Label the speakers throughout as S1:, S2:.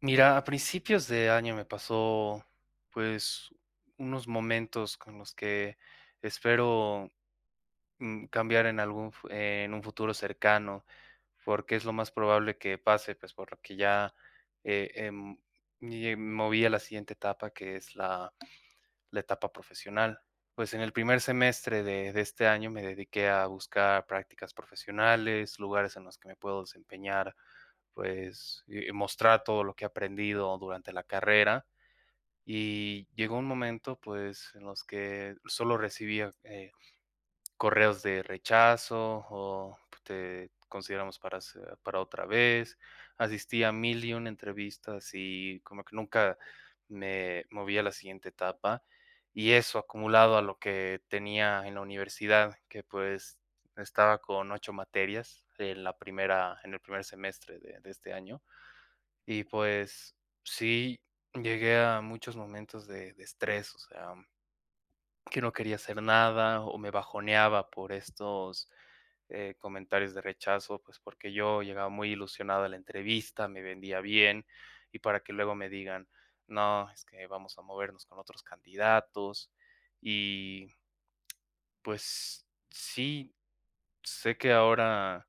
S1: Mira, a principios de año me pasó, pues, unos momentos con los que espero, cambiar en algún fu en un futuro cercano, porque es lo más probable que pase, pues, por lo que ya, eh, em, me moví a la siguiente etapa, que es la etapa profesional. Pues en el primer semestre de este año me dediqué a buscar prácticas profesionales, lugares en los que me puedo desempeñar, pues y mostrar todo lo que he aprendido durante la carrera. Y llegó un momento, pues, en los que solo recibía correos de rechazo o te consideramos para otra vez. Asistí a mil y una entrevistas y como que nunca me moví a la siguiente etapa. Y eso acumulado a lo que tenía en la universidad, que pues estaba con ocho materias en en el primer semestre de este año. Y pues sí, llegué a muchos momentos de estrés, o sea, que no quería hacer nada o me bajoneaba por estos comentarios de rechazo, pues porque yo llegaba muy ilusionado a la entrevista, me vendía bien y para que luego me digan, no, es que vamos a movernos con otros candidatos. Y pues sí, sé que ahora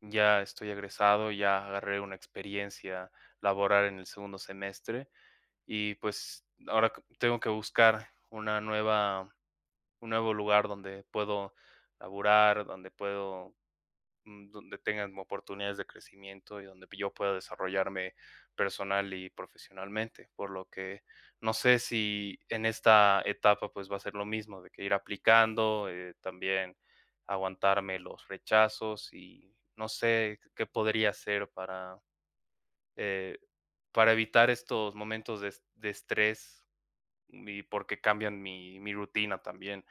S1: ya estoy egresado, ya agarré una experiencia laboral en el segundo semestre y pues ahora tengo que buscar una nueva, un nuevo lugar donde puedo laburar, donde puedo donde tengan oportunidades de crecimiento y donde yo pueda desarrollarme personal y profesionalmente. Por lo que no sé si en esta etapa pues va a ser lo mismo, de que ir aplicando, también aguantarme los rechazos y no sé qué podría hacer eh, para evitar estos momentos de estrés y porque cambian mi rutina también.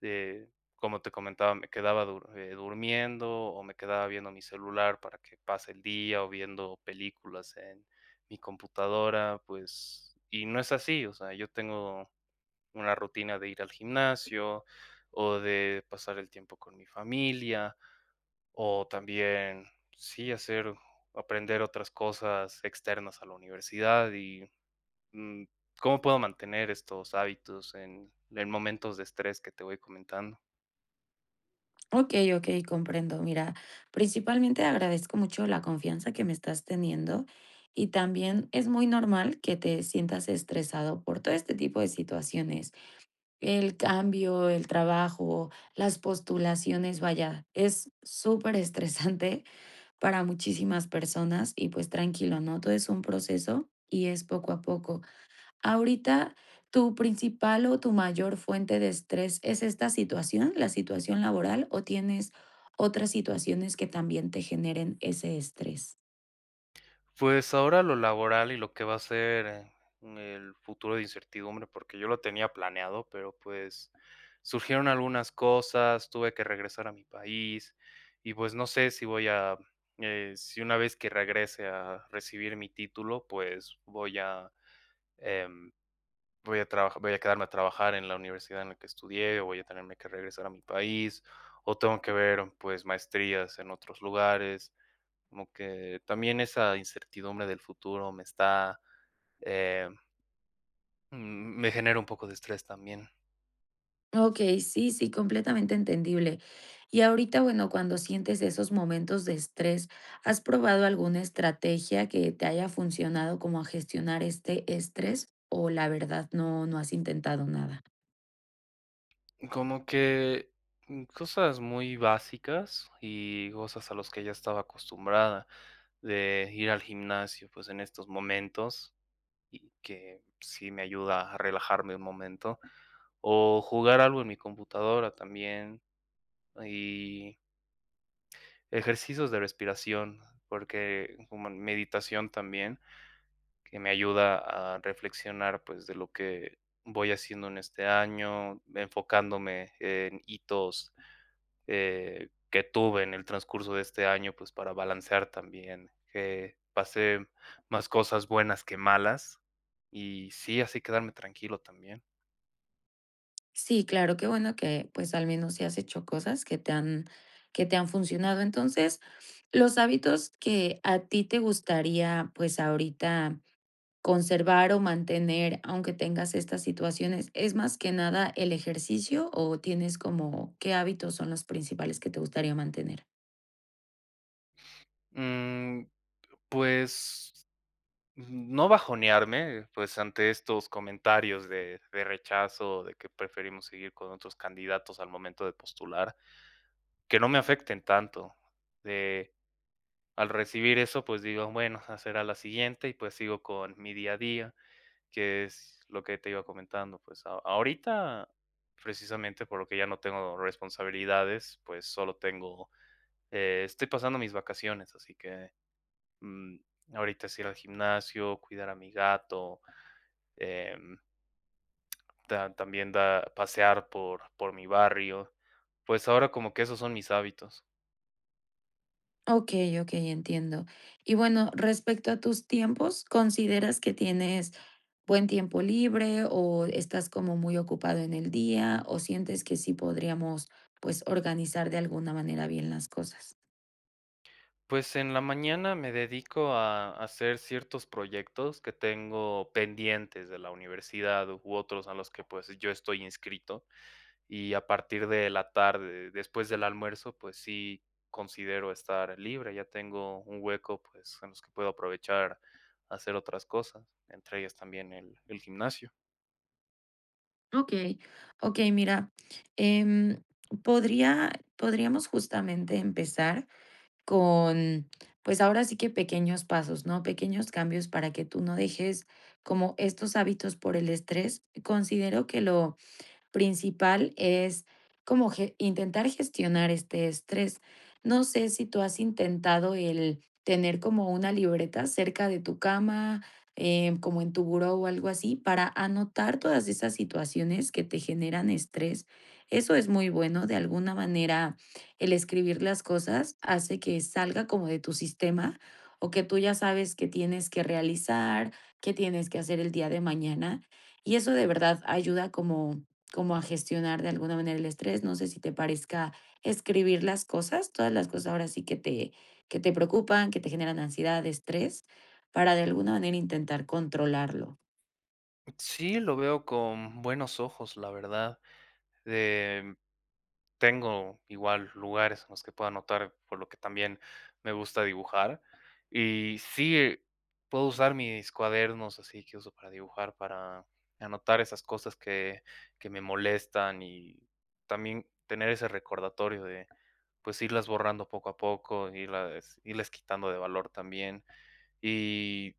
S1: Eh, como te comentaba, me quedaba durmiendo o me quedaba viendo mi celular para que pase el día o viendo películas en mi computadora, pues, y no es así, o sea, yo tengo una rutina de ir al gimnasio o de pasar el tiempo con mi familia o también, sí, hacer, aprender otras cosas externas a la universidad y mm, cómo puedo mantener estos hábitos en momentos de estrés que te voy comentando.
S2: Okey, okey, comprendo. Mira, principalmente agradezco mucho la confianza que me estás teniendo y también es muy normal que te sientas estresado por todo este tipo de situaciones. El cambio, el trabajo, las postulaciones, vaya, es superestresante para muchísimas personas y, pues, tranquilo, ¿no? Todo es un proceso y es poco a poco. Ahorita, ¿tu principal o tu mayor fuente de estrés es esta situación, la situación laboral, o tienes otras situaciones que también te generen ese estrés?
S1: Pues ahora lo laboral y lo que va a ser, el futuro de incertidumbre, porque yo lo tenía planeado, pero, pues, surgieron algunas cosas, tuve que regresar a mi país y, pues, no sé si voy a, si una vez que regrese a recibir mi título, pues, voy a, em, voy a trabajar, voy a quedarme a trabajar en la universidad en la que estudié, o voy a tenerme que regresar a mi país, o tengo que ver, pues, maestrías en otros lugares. Como que también esa incertidumbre del futuro me está, eh, mm, me genera un poco de estrés también.
S2: Okey, sí, sí, completamente entendible. Y ahorita, bueno, cuando sientes esos momentos de estrés, ¿has probado alguna estrategia que te haya funcionado como a gestionar este estrés, o la verdad no has intentado nada?
S1: Como que cosas muy básicas y cosas a los que ya estaba acostumbrada de ir al gimnasio, pues en estos momentos y que sí me ayuda a relajarme un momento o jugar algo en mi computadora también y ejercicios de respiración, porque como meditación también que me ayuda a reflexionar, pues, de lo que voy haciendo en este año, enfocándome en hitos, que tuve en el transcurso de este año, pues, para balancear también, que pasé más cosas buenas que malas, y sí, así quedarme tranquilo también.
S2: Sí, claro, qué bueno que pues al menos sí has hecho cosas que te han funcionado. Entonces, los hábitos que a ti te gustaría pues ahorita conservar o mantener, aunque tengas estas situaciones, ¿es más que nada el ejercicio o tienes como qué hábitos son los principales que te gustaría mantener?
S1: Mm, pues, no bajonearme, pues, ante estos comentarios de rechazo, de que preferimos seguir con otros candidatos al momento de postular. Que no me afecten tanto. De, al recibir eso, pues digo, bueno, esa será la siguiente y pues sigo con mi día a día, que es lo que te iba comentando. Pues ahorita, precisamente por lo que ya no tengo responsabilidades, pues solo tengo, estoy pasando mis vacaciones, así que mm, ahorita es ir al gimnasio, cuidar a mi gato, em, también da, pasear por mi barrio. Pues ahora como que esos son mis hábitos.
S2: Ok, ok, entiendo. Y bueno, respecto a tus tiempos, ¿consideras que tienes buen tiempo libre o estás como muy ocupado en el día o sientes que sí podríamos, pues, organizar de alguna manera bien las cosas?
S1: Pues en la mañana me dedico a hacer ciertos proyectos que tengo pendientes de la universidad u otros a los que pues yo estoy inscrito y a partir de la tarde, después del almuerzo, pues sí considero estar libre, ya tengo un hueco pues en los que puedo aprovechar a hacer otras cosas, entre ellas también el gimnasio.
S2: Okey, okey, mira, em, podría podríamos justamente empezar con, pues, ahora sí que pequeños pasos, ¿no? Pequeños cambios para que tú no dejes como estos hábitos por el estrés. Considero que lo principal es como intentar gestionar este estrés. No sé si tú has intentado el tener como una libreta cerca de tu cama, como en tu buró o algo así, para anotar todas esas situaciones que te generan estrés. Eso es muy bueno. De alguna manera, el escribir las cosas hace que salga como de tu sistema o que tú ya sabes que tienes que realizar, que tienes que hacer el día de mañana. Y eso de verdad ayuda como a gestionar de alguna manera el estrés. No sé si te parezca escribir las cosas, todas las cosas ahora sí que te preocupan, que te generan ansiedad, estrés, para de alguna manera intentar controlarlo.
S1: Sí, lo veo con buenos ojos, la verdad. Tengo igual lugares en los que puedo anotar, por lo que también me gusta dibujar. Y sí, puedo usar mis cuadernos así que uso para dibujar, para anotar esas cosas que me molestan y también tener ese recordatorio de pues irlas borrando poco a poco, irles quitando de valor también. Y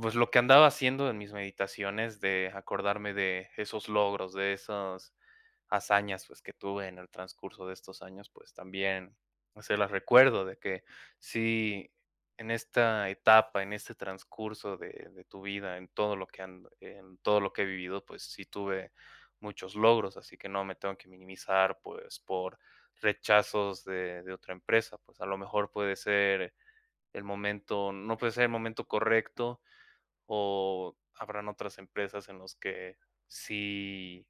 S1: pues lo que andaba haciendo en mis meditaciones de acordarme de esos logros, de esas hazañas, pues, que tuve en el transcurso de estos años, pues, también se las recuerdo de que sí, en esta etapa, en este transcurso de tu vida, en todo lo que he vivido, pues, sí tuve muchos logros, así que no me tengo que minimizar, pues, por rechazos de otra empresa, pues, a lo mejor puede ser el momento no puede ser el momento correcto, o habrán otras empresas en los que sí,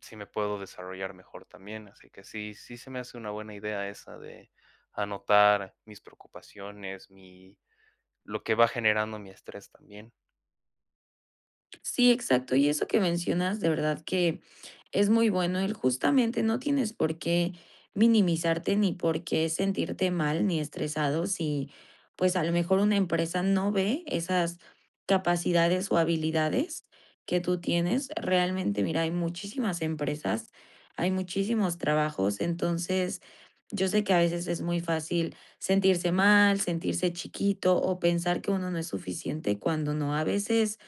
S1: sí me puedo desarrollar mejor también. Así que sí, sí se me hace una buena idea esa de anotar mis preocupaciones, lo que va generando mi estrés también.
S2: Sí, exacto. Y eso que mencionas, de verdad que es muy bueno. El justamente no tienes por qué minimizarte ni por qué sentirte mal ni estresado si, pues, a lo mejor una empresa no ve esas capacidades o habilidades que tú tienes. Realmente, mira, hay muchísimas empresas, hay muchísimos trabajos, entonces yo sé que a veces es muy fácil sentirse mal, sentirse chiquito o pensar que uno no es suficiente cuando no. A veces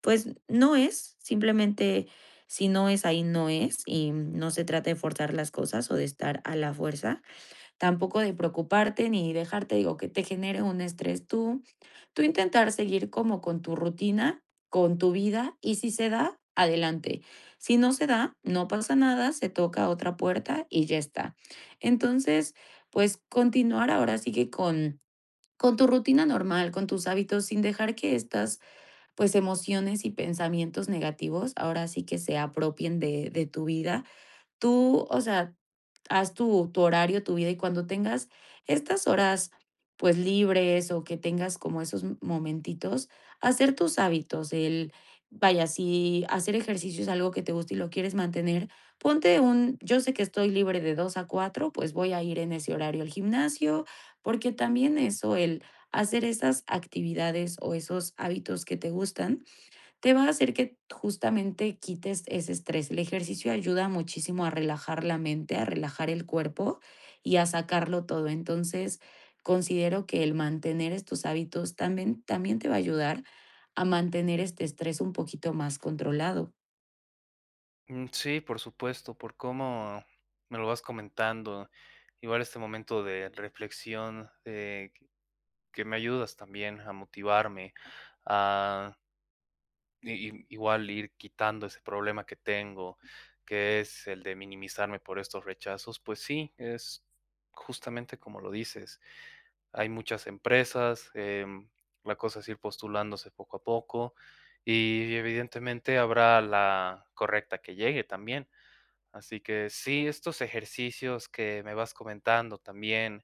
S2: pues no es, simplemente si no es ahí, no es, y no se trata de forzar las cosas o de estar a la fuerza, tampoco de preocuparte ni dejarte, digo, que te genere un estrés tú intentar seguir como con tu rutina, con tu vida, y si se da, adelante. Si no se da, no pasa nada, se toca otra puerta y ya está. Entonces, pues continuar ahora sí que con tu rutina normal, con tus hábitos, sin dejar que estas pues emociones y pensamientos negativos ahora sí que se apropien de tu vida. Tú, o sea, haz tu horario, tu vida, y cuando tengas estas horas, pues, libres o que tengas como esos momentitos, hacer tus hábitos, el vaya, si hacer ejercicio es algo que te gusta y lo quieres mantener, ponte un yo sé que estoy libre de 2 a 4, pues, voy a ir en ese horario al gimnasio, porque también eso, el hacer esas actividades o esos hábitos que te gustan, te va a hacer que justamente quites ese estrés. El ejercicio ayuda muchísimo a relajar la mente, a relajar el cuerpo y a sacarlo todo. Entonces, considero que el mantener estos hábitos también, también te va a ayudar a mantener este estrés un poquito más controlado.
S1: Mm, sí, por supuesto, por cómo me lo vas comentando. Igual este momento de reflexión, de que me ayudas también a motivarme, igual ir quitando ese problema que tengo, que es el de minimizarme por estos rechazos, pues sí, es justamente como lo dices. Hay muchas empresas, la cosa es ir postulándose poco a poco y evidentemente habrá la correcta que llegue también. Así que sí, estos ejercicios que me vas comentando también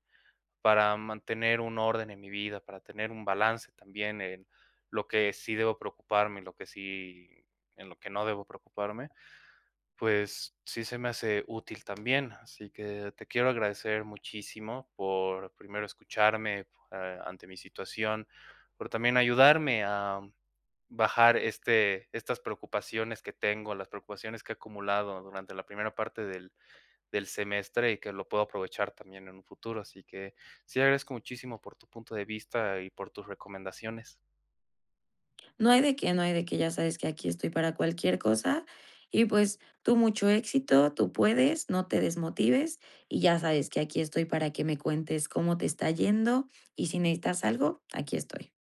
S1: para mantener un orden en mi vida, para tener un balance también en lo que sí debo preocuparme y lo que sí en lo que no debo preocuparme, pues sí se me hace útil también. Así que te quiero agradecer muchísimo por primero escucharme, ante mi situación, por también ayudarme a bajar estas preocupaciones que tengo, las preocupaciones que he acumulado durante la primera parte del semestre y que lo puedo aprovechar también en un futuro. Así que sí agradezco muchísimo por tu punto de vista y por tus recomendaciones.
S2: No hay de qué, no hay de qué, ya sabes que aquí estoy para cualquier cosa y pues tú mucho éxito, tú puedes, no te desmotives y ya sabes que aquí estoy para que me cuentes cómo te está yendo y si necesitas algo, aquí estoy.